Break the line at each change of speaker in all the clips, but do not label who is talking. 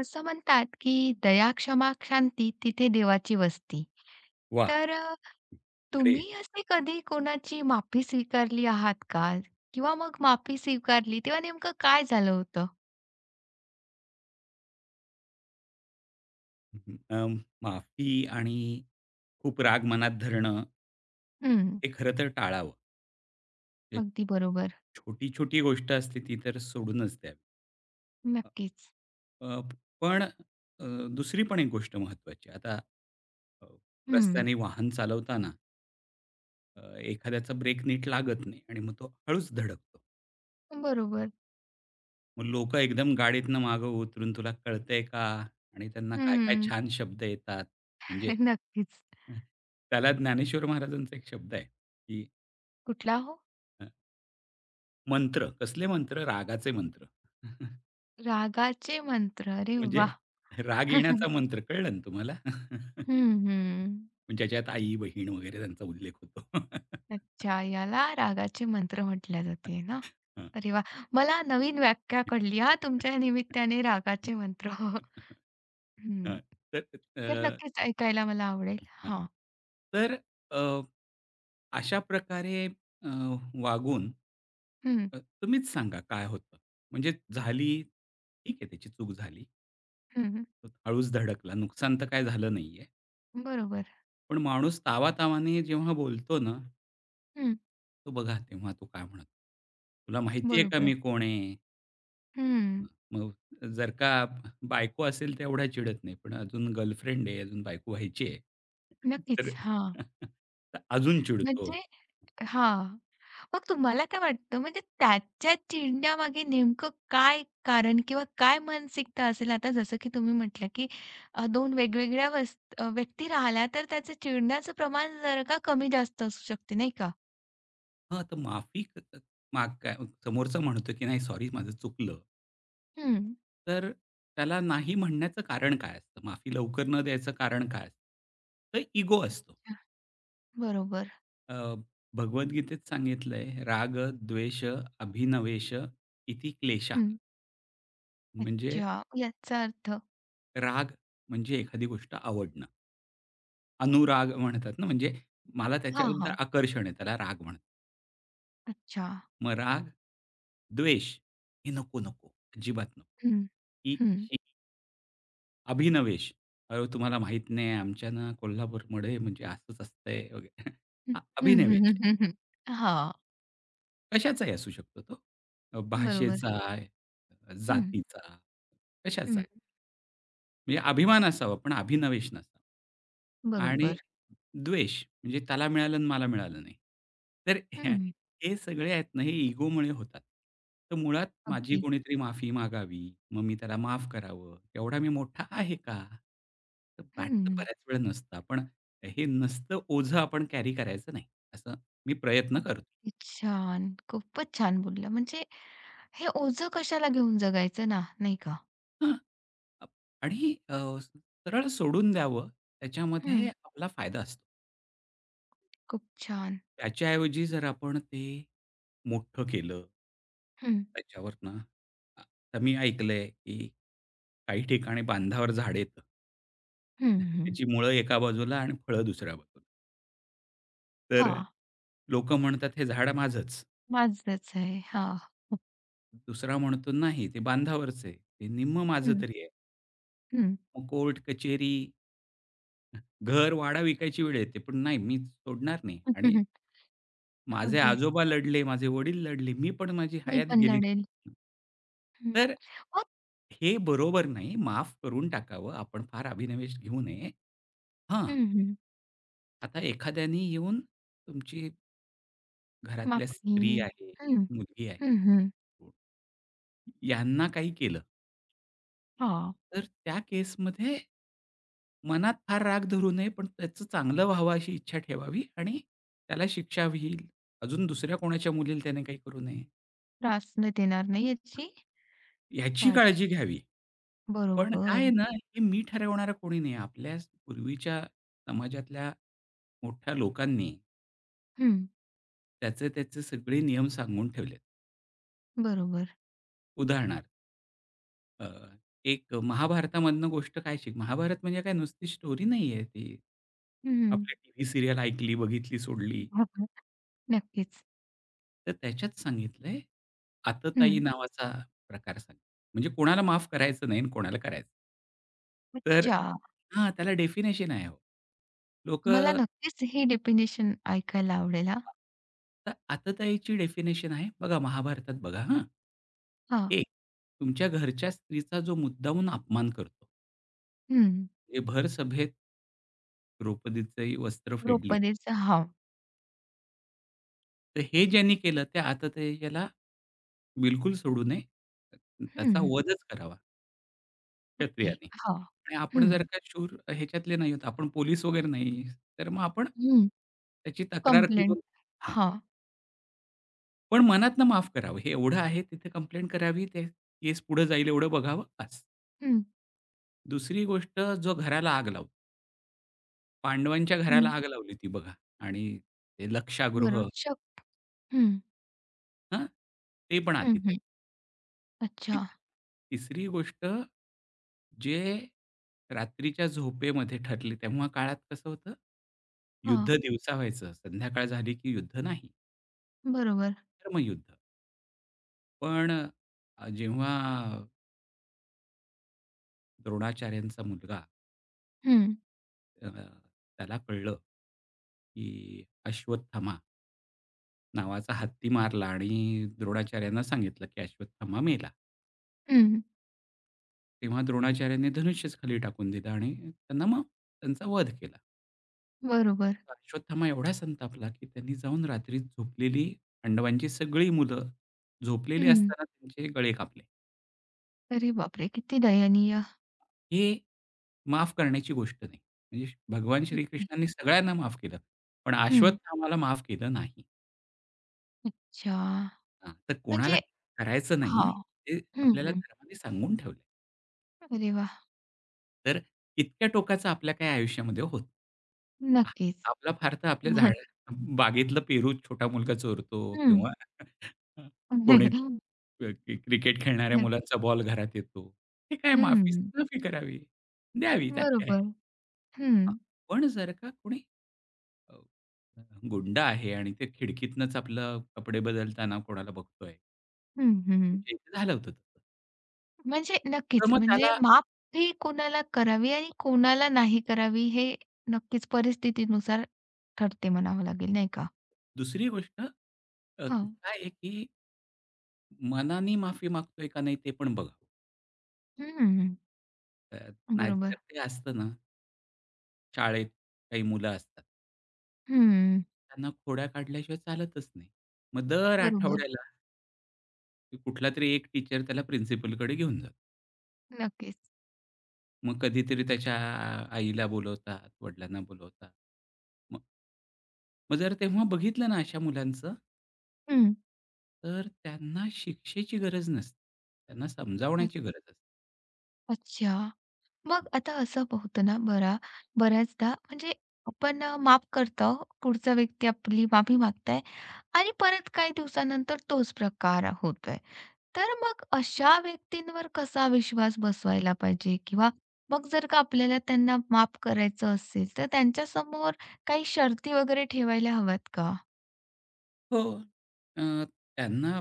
असं म्हणतात, की दया, क्षमा, शांती तिथे देवाची वस्ती.
वाह!
तर
अरे!
तुम्ही असे कधी कोणाची माफी स्वीकारली आहात का? किंवा मग माफी स्वीकारली तेव्हा नेमकं काय झालं होतं?
हं, अं, माफी आणि खूप राग मनात धरणं,
हं,
हे खरं तर टाळावं. ते
अगदी बरोबर.
छोटी-छोटी गोष्ट असते ती तर सोडूनच द्यावी. अ,
नक्कीच.
अ, पण अ, दुसरी पण एक गोष्ट महत्त्वाची. आता अ,
हं,
रस्त्याने वाहन चालवताना एखाद्याचा ब्रेक नीट लागत नाही आणि मग तो हळूच धडकतो.
बरोबर.
मग लोकं एकदम गाडीतनं मागं उतरून तुला कळतंय का? आणि त्यांना काय-काय
हं,
छान शब्द येतात. म्हणजे
नक्कीच.
हं, त्याला ज्ञानेश्वर महाराजांचा एक शब्द आहे, की
कुठला हो?
अ, मंत्र. कसले मंत्र? रागाचे मंत्र.
रागाचे मंत्र. अरे
म्हणजे
वाह!
राग
हं, हं.
येण्याचा मंत्र कळलं ना तुम्हाला? म्हणजे ज्याच्यात आई, बहीण वगैरे त्यांचा उल्लेख होतो.
अच्छा, याला रागाचे मंत्र म्हटल्या जाते ना?
हं.
अरे वाह! मला नवीन व्याख्या कळली हां, तुमच्या निमित्ताने रागाचे मंत्र. हं.
हं. तर अ
तर नक्कीच ऐकायला मला आवडेल.
हां.
हां.
तर अ, अशा प्रकारे अ, वागून
हं,
तुम्हीच सांगा काय होतं? म्हणजे झाली, ठीक आहे त्याची चूक झाली.
हं.
तो हळूच धडकला. नुकसान तर काय झालं नाहीये.
बरोबर.
पण माणूस तावातावाने जेव्हा बोलतो ना,
हं,
तो बघा तेव्हा तो काय म्हणतो. तुला माहिती आहे का
बरोबर.
मी कोण आहे?
हं.
मग जर का बायको असेल तर एवढा चिडत नाही. पण अजून गर्लफ्रेंड आहे, अजून बायको व्हायची आहे.
नक्कीच.
तर
हां.
तर अजून चिडतो.
म्हणजे हां. मग तुम्हाला काय वाटतं म्हणजे त्याच्या चिडण्यामागे नेमकं काय कारण किंवा काय मानसिकता असेल? आता जसं की तुम्ही म्हटलं की 2 व्यक्ती राहिल्या तर त्याचं चिडण्याचं प्रमाण जर का कमी-जास्त असू शकते नाही का?
हां, तर माफी क क माग काय समोरचा म्हणतो की "नाही सॉरी माझं चुकलं."
हं.
तर त्याला नाही म्हणण्याचं कारण काय असतं? माफी लवकर न द्यायचं कारण काय असतं? तर इगो असतो.
बरोबर.
अ, भगवद्गीतेत सांगितलंय, "राग द्वेष अभिनवेश इति क्लेशः."
हं.
म्हणजे
अच्छा. याचा अर्थ
राग म्हणजे एखादी गोष्ट आवडणं. अनुराग म्हणतात ना, म्हणजे मला
हां,
त्याच्याबद्दल
हां.
आकर्षण आहे, त्याला राग म्हणतात.
अच्छा.
मग राग, द्वेष हे नको, नको, अजिबात नको.
हं,
ही
हं.
अभिनवेश. "अहो, तुम्हाला माहीत नाही आमच्या ना कोल्हापूरमध्ये म्हणजे असंच असतंय" वगैरे.
हं, हं,
अभिनवेश
हं, हं, हं. हां.
कशाचाही असू शकतो तो.
बरोबर.
भाषेचा,
हं,
जातीचा, कशाचा.
हं.
म्हणजे अभिमान असावा पण अभिनवेश नसावा. आणि
बरोबर.
द्वेष, म्हणजे त्याला मिळालं आणि मला मिळालं नाही. तर
हं.
हे सगळे आहेत ना, हे इगोमुळे होतात. तर मुळात माझी
अगदी.
कोणीतरी माफी मागावी, मग मी त्याला माफ करावं, एवढा मी मोठा आहे का? तर वाटतं
हं.
बऱ्याच वेळा नसतं. हे नसतं ओझं आपण कॅरी करायचं नाही, असं मी प्रयत्न करतो.
अगदी छान. खूपच छान बोलल्या. म्हणजे हे ओझं कशाला घेऊन जगायचं ना, नाही का?
हां, अप आणि सरळ सोडून द्यावं,
हं,
त्याच्यामध्ये आपला फायदा असतो.
खूप छान.
त्याच्याऐवजी जर आपण ते मोठं केलं
हं.
त्याच्यावर ना आ तर मी ऐकलंय की काही ठिकाणी बांधावर झाड येतं.
हं, हं.
त्याची मुळं एका बाजूला आणि फळं दुसऱ्या बाजूला. तर
हां,
लोकं म्हणतात, "हे झाड माझंच."
माझंच आहे. हां.
दुसरा म्हणतो, "नाही, ते बांधावरच आहे. ते निम्मं माझं
हं,
तरी आहे."
हं.
मग कोर्ट, कचेरी, घर, वाडा विकायची वेळ येते. पण नाही, मी सोडणार नाही आणि माझे
अगदी
आजोबा लढले, माझे वडील लढले, मी पण माझी
मी
हयात
पण
गेली.
लढेल. हं.
तर
मग
हे बरोबर नाही, माफ करून टाकावं. आपण फार अभिनिवेश घेऊ नये. हां,
हं, हं.
आता एखाद्याने येऊन तुमची घरातल्या
माफी.
स्त्री आहे,
हं,
मुलगी आहे,
हं, हं.
यांना काही केलं,
हां,
तर त्या केसमध्ये मनात फार राग धरू नये, पण त्याचं चांगलं व्हावं अशी इच्छा ठेवावी आणि त्याला शिक्षा होईल. अजून दुसऱ्या कोणाच्या मुलीला त्याने काही करू नये,
त्रास न देणार नाही याची
ह्याची
काळजी.
काळजी घ्यावी. पण काय आहे
बरोबर.
ना, हे मी ठरवणारं कोणी नाही. आपल्या पूर्वीच्या समाजातल्या मोठ्या लोकांनी
हं,
त्याचे-त्याचे सगळे नियम सांगून ठेवलेत.
बरोबर.
उदाहरणार्थ अ, एक महाभारतामधनं गोष्ट. काय शिक महाभारत म्हणजे काय नुसती स्टोरी नाही आहे ती.
हं,
आपली टीव्ही सीरियल ऐकली, बघितली, सोडली.
नक्कीच.
तर त्याच्यात सांगितलंय,
हं.
आततायी नावाचा प्रकार सांगितला. म्हणजे कोणाला माफ करायचं नाही आणि कोणाला करायचं. तर
अच्छा.
हां, त्याला डेफिनेशन आहे हो.
मला
लोकं
नक्कीच ही डेफिनेशन ऐकायला आवडेल हां.
तर आततायीची डेफिनेशन आहे बघा महाभारतात बघा हां.
हां.
एक तुमच्या घरच्या स्त्रीचा जो मुद्दामून अपमान करतो.
हं.
म्हणजे भर सभेत द्रौपदीची वस्त्र फेडली.
गृहपदेचं हां.
तर हे ज्यांनी केलं त्या आततायीला बिलकुल सोडू नये. त्याचा
हं.
वधच करावा
ओके.
क्षत्रियाने.
हां.
आणि आपण
हं.
जर का शूर ह्याच्यातले नाही आहोत, आपण पोलीस वगैरे नाही, तर मग आपण
हं.
त्याची तक्रार
कंप्लेंट.
करून हां.
हां.
पण मनातनं माफ करावं हे एवढं आहे तिथे कंप्लेंट करावी ते केस पुढे जाईल एवढं बघावं बस.
हं.
दुसरी गोष्ट जो घराला आग लावतो. पांडवांच्या घराला
हं.
आग लावली ती बघा आणि ते
बरोबर.
लक्षागृह.
हं.
हां, ते पण
हं, हं.
अतिताई. ती-
अच्छा.
तिसरी गोष्ट जे रात्रीच्या झोपेमध्ये ठरली तेव्हा काळात कसं होतं,
हां.
युद्ध दिवसा व्हायचं. संध्याकाळ झाली की युद्ध नाही,
बरोबर.
धर्मयुद्ध. पण जेव्हा द्रोणाचार्यांचा मुलगा
हं.
अ, त्याला कळलं, की अश्वत्थामा नावाचा हत्ती मारला आणि द्रोणाचार्यांना सांगितलं, की अश्वत्थामा मेला.
हं.
तेव्हा द्रोणाचार्यांनी धनुष्यच खाली टाकून दिलं आणि त्यांना मग त्यांचा वध केला.
बरोबर.
तर अश्वत्थामा एवढा संतापला, की त्यांनी जाऊन रात्री झोपलेली पांडवांची सगळी मुलं झोपलेली
हं.
असताना त्यांचे गळे कापले.
अरे बापरे! किती दयनीय.
हे माफ करण्याची गोष्ट नाही. म्हणजे भगवान
ओके.
श्रीकृष्णांनी सगळ्यांना माफ केलं, पण
हं.
अश्वत्थामाला माफ केलं नाही.
अच्छा.
हां, तर कोणाला
म्हणजे
करायचं नाही,
हां.
हे
हं,
आपल्याला
हं.
धर्माने सांगून ठेवलंय.
अरे वाह!
तर इतक्या टोकाचं आपल्या काही आयुष्यामध्ये होत आ
नक्कीच.
आपला फार तर आपल्या बागेतलं पेरू छोटा मुलगा चोरतो
हं.
किंवा कोणी
हं.
क्रिकेट खेळणाऱ्या मुलांचा बॉल घरात येतो. हे काय माफी माफी करावी, द्यावी त्यात काय.
बरोबर. हं.
हां, पण जर का कोणी अ, गुंड आहे आणि ते खिडकीतनंच आपलं कपडे बदलताना कोणाला बघतोय.
हं, हं.
म्हणजे इथे झालं होतं तसं.
म्हणजे
तर
नक्कीच,
मग
म्हणजे
त्याला
माफी कोणाला करावी आणि कोणाला नाही करावी हे नक्कीच परिस्थितीनुसार ठरते म्हणावं लागेल, नाही का?
दुसरी गोष्ट
हां.
काय आहे की मनाने माफी मागतोय का नाही ते पण बघावं.
हं.
अ, नाहीतर
बरोबर.
ते असतं ना, शाळेत काही मुलं असतात.
हं.
त्यांना खोड्या काढल्याशिवाय चालतच नाही. मग दर
बरोबर.
आठवड्याला कुठला तरी एक टीचर त्याला प्रिन्सिपलकडे घेऊन जातो.
नक्कीच.
मग कधीतरी त्याच्या आईला बोलवतात, वडिलांना बोलवतात. मग मग जर तेव्हा बघितलं ना अशा मुलांचं,
हं.
तर त्यांना शिक्षेची गरज नसते. त्यांना
अ
समजावण्याची गरज असते.
अच्छा. मग आता असं होतं ना बऱ्याचदा म्हणजे आपण माफ करतो, पुढचा व्यक्ती आपली माफी मागताय आणि परत काही दिवसानंतर तोच प्रकार होतोय. तर मग अशा व्यक्तींवर कसा विश्वास बसवायला पाहिजे? किंवा मग जर का आपल्याला त्यांना माफ करायचं असेल, तर त्यांच्यासमोर काही शर्ती वगैरे ठेवायला हव्यात का?
हो. अ, त्यांना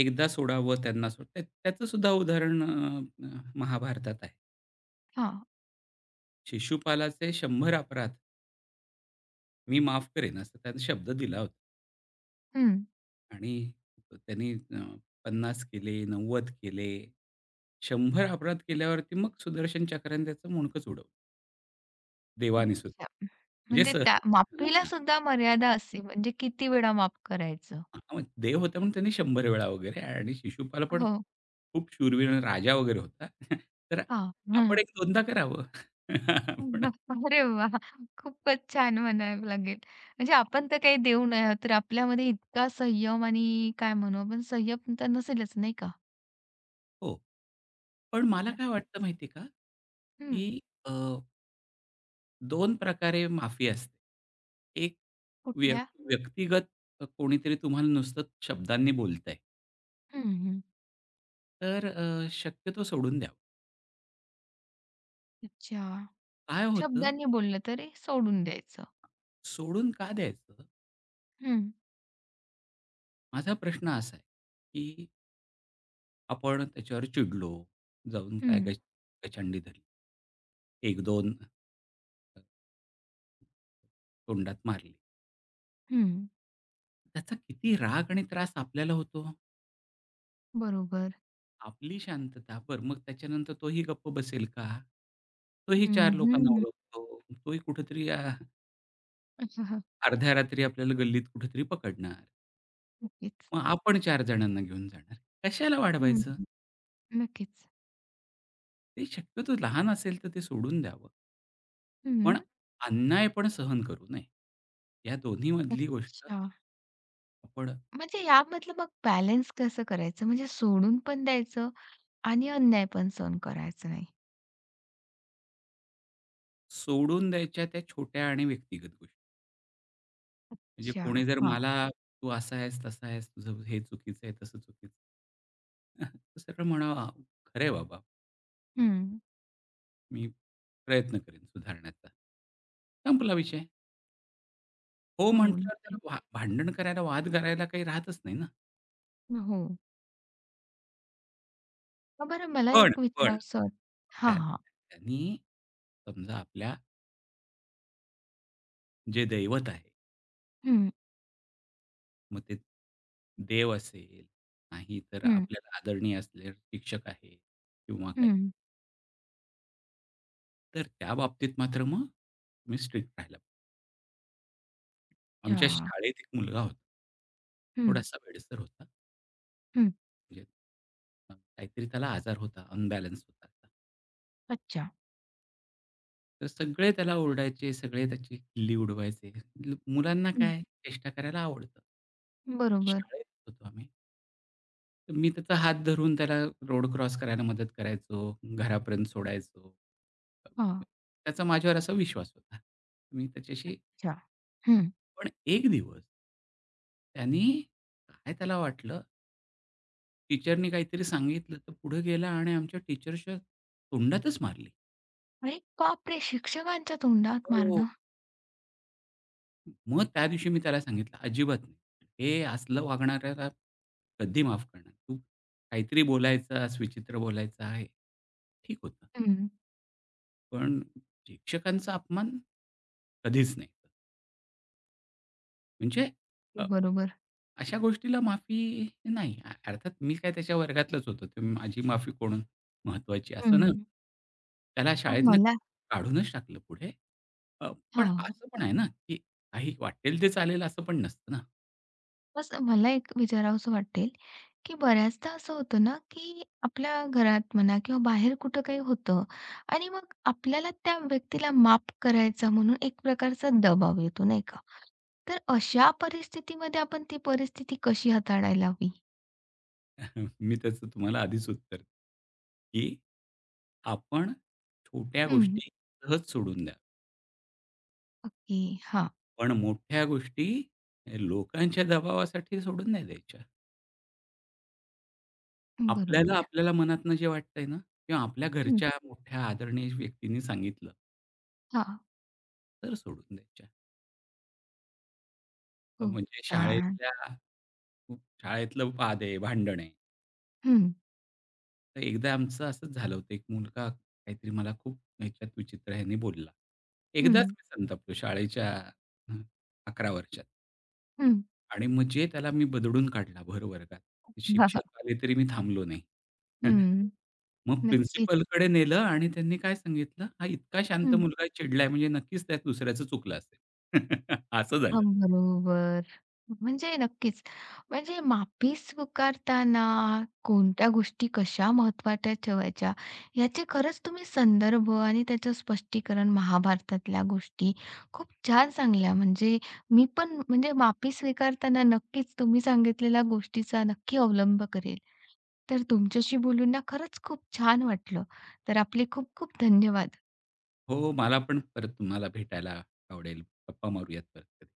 एकदा सोडावं. त्यांना सोड त्या त्याचंसुद्धा उदाहरण अ, अ, महाभारतात आहे.
हां.
शिशुपालाचे 100 अपराध मी माफ करेन असा त्याने शब्द दिला होता
हं.
आणि त्यांनी 50 केले, 90 केले. 100 अपराध केल्यावरती मग सुदर्शन चक्राने त्याचं मुंडकंच उडवलं. देवाने सुद्धा.
अच्छा.
म्हणजे
म्हणजे त्या माफीला
सहज.
सुद्धा मर्यादा असते. म्हणजे किती वेळा माफ करायचं?
हां, मग देव होता म्हणून त्यांनी 100 वेळा वगैरे आणि शिशुपाल पण
हो.
खूप शूरवीर राजा वगैरे होता. तर
हां.
आपण
हं.
एक 2दा करावं. आपण
अरे वाह! खूपच छान म्हणावं लागेल. म्हणजे आपण तर काही देऊ नाही आहोत, तर आपल्यामध्ये इतका संयम आणि काय म्हणू आपण संयम तर नसेलच नाही का?
हो. पण मला काय वाटतं
नक्कीच.
माहिती का,
हं.
की अ, 2 प्रकारे माफी असते. एक व्य
कुठल्या?
व्यक्तिगत. कोणीतरी तुम्हाला नुसतं शब्दांनी बोलतंय,
हं, हं.
तर शक्यतो सोडून द्यावं.
अच्छा.
काय होतं,
शब्दांनी बोललं तरी सोडून द्यायचं.
सोडून का द्यायचं?
हं,
माझा प्रश्न असा आहे, आपण त्याच्यावर चिडलो. जाऊन काय हं.
हं,
गचंडी धरली. एक दोन अ, तोंडात मारली.
हं.
त्याचा किती राग आणि त्रास आपल्याला होतो.
बरोबर.
आपली शांतता बरं मग त्याच्यानंतर तोही गप्प बसेल का? तोही
हं,
चार लोकांना
हं.
ओळखतो. तोही कुठेतरी अर्ध्या रात्री आपल्याला गल्लीत कुठेतरी पकडणार.
नक्कीच.
मग आपण 4 जणांना घेऊन जाणार. कशाला वाढवायचं?
हं, नक्कीच.
ते शक्यतो लहान असेल तर ते सोडून द्यावं.
हं.
पण अन्याय पण सहन करू नये. या दोन्हीमधली गोष्ट
अच्छा.
आपण
म्हणजे यामधलं मग बॅलन्स कसं करायचं? म्हणजे सोडून पण द्यायचं आणि अन्याय पण सहन करायचा नाही.
सोडून द्यायच्या त्या छोट्या आणि व्यक्तिगत गोष्टी. म्हणजे
अच्छा.
कोणी जर
हां.
मला, "तू असा आहेस, तसा आहेस, तुझं हे चुकीचं आहे, तसं चुकीचं आहे." तर सरळ म्हणावं, "खरं आहे बाबा. हां,
हं.
मी प्रयत्न करेन सुधारण्याचा." संपला विषय. हो
हो,
म्हटल्यावर त्याला
नक्कीच.
भांडण करायला, वाद करायला काही राहतच नाही ना.
हो. मग बरं मला
पण,
एक
पण
विचारावंसं वाट हां, हां.
त्यांनी समजा आपल्या जे दैवत आहे
हं,
मग ते देव असेल, नाही तर
हं,
आपल्याला आदरणीय असले शिक्षक आहे किंवा काही.
हं.
तर त्या बाबतीत मात्र मग मी स्ट्रिक्ट राहिला. आमच्या
अच्छा.
शाळेत एक मुलगा होता.
हं,
थोडासा वेडसर होता. म्हणजे काहीतरी त्याला आजार होता, अनबॅलन्स होता. तर सगळे त्याला ओरडायचे, सगळे त्याची खिल्ली उडवायचे. मुलांना
हं.
काय चेष्टा करायला आवडतं.
बरोबर.
शाळेत होतो आम्ही. तर मी त्याचा हात धरून त्याला रोड क्रॉस करायला मदत करायचो, घरापर्यंत सोडायचो. अ,
हां.
त्याचा माझ्यावर असा विश्वास होता. मी त्याच्याशी
अच्छा. हं.
पण एक दिवस त्यानी काय त्याला वाटलं, टीचरनी काहीतरी सांगितलं, तर पुढे गेला आणि आमच्या टीचरच्या तोंडातच मारली.
आणि बापरे! शिक्षकांच्या तोंडात
हो.
मारणं.
मग त्या दिवशी मी त्याला सांगितलं, "अजिबात नाही. हे असलं वागणाऱ्याला कधी माफ करणार. तू काहीतरी बोलायचास, विचित्र बोलायचा आहे, ठीक होतं."
हं.
पण शिक्षकांचा अपमान कधीच नाही. म्हणजे अ,
बरोबर.
अशा गोष्टीला माफी नाही. अर्थात मी काय त्याच्या वर्गातलाच होतो. तर माझी माफी कोण महत्वाची असं
हं.
ना, त्याला
मग
शाळेतनं
मला
काढूनच टाकलं पुढे. अ, पण
हां.
असं पण आहे ना, की काही वाटेल ते चालेल असं पण नसतं ना.
असं मला एक विचारावसं वाटेल, की बऱ्याचदा असं होतं ना, की आपल्या घरात म्हणा किंवा बाहेर कुठं काही होतं आणि मग आपल्याला त्या व्यक्तीला माफ करायचा म्हणून एक प्रकारचा दबाव येतो, नाही का? तर अशा परिस्थितीमध्ये आपण ती परिस्थिती कशी हाताळायला हवी?
मी त्याचं तुम्हाला आधीच उत्तर की आपण छोट्या
हं.
गोष्टी सहज सोडून द्या.
ओके. हां.
पण मोठ्या गोष्टी लोकांच्या दबावासाठी सोडून नाही द्यायच्या. आपल्याला
बरोबर.
आपल्याला मनातनं जे वाटतंय ना किंवा आपल्या
हं.
घरच्या मोठ्या आदरणीय व्यक्तींनी सांगितलं,
हां.
तर सोडून द्यायच्या.
खूप
म्हणजे
छान.
शाळेतलं वाद आहे, भांडण आहे.
हं,
तर एकदा आमचं असंच झालं होतं. एक मुलगा काहीतरी मला खूप ह्याच्यात विचित्र ह्याने बोलला.
हं,
एकदाच मी संतापलो शाळेच्या अ, 11 वर्षात.
हं.
आणि म्हणजे त्याला मी बदडून काढला भर वर्गात. शिक्षक आले तरी मी थांबलो नाही.
हं.
मग
नक्कीच.
प्रिन्सिपलकडे नेलं आणि त्यांनी काय सांगितलं, "हा इतका शांत मुलगा चिडलाय म्हणजे नक्कीच त्यात दुसऱ्याचं चुकलं असेल." असं
हां,
झालं.
बरोबर. म्हणजे नक्कीच. म्हणजे माफी स्वीकारताना कोणत्या गोष्टी कशा महत्त्वाच्या ठेवायच्या, याचे खरंच तुम्ही संदर्भ आणि त्याचं स्पष्टीकरण महाभारतातल्या गोष्टी खूप छान सांगल्या. म्हणजे मी पण म्हणजे माफी स्वीकारताना नक्कीच तुम्ही सांगितलेल्या गोष्टीचा नक्की अवलंब करेल. तर तुमच्याशी बोलून ना खरंच खूप छान वाटलं. तर आपले खूप खूप धन्यवाद.
"हो, मला पण परत तुम्हाला भेटायला आवडेल. गप्पा मारूयात परत कधी."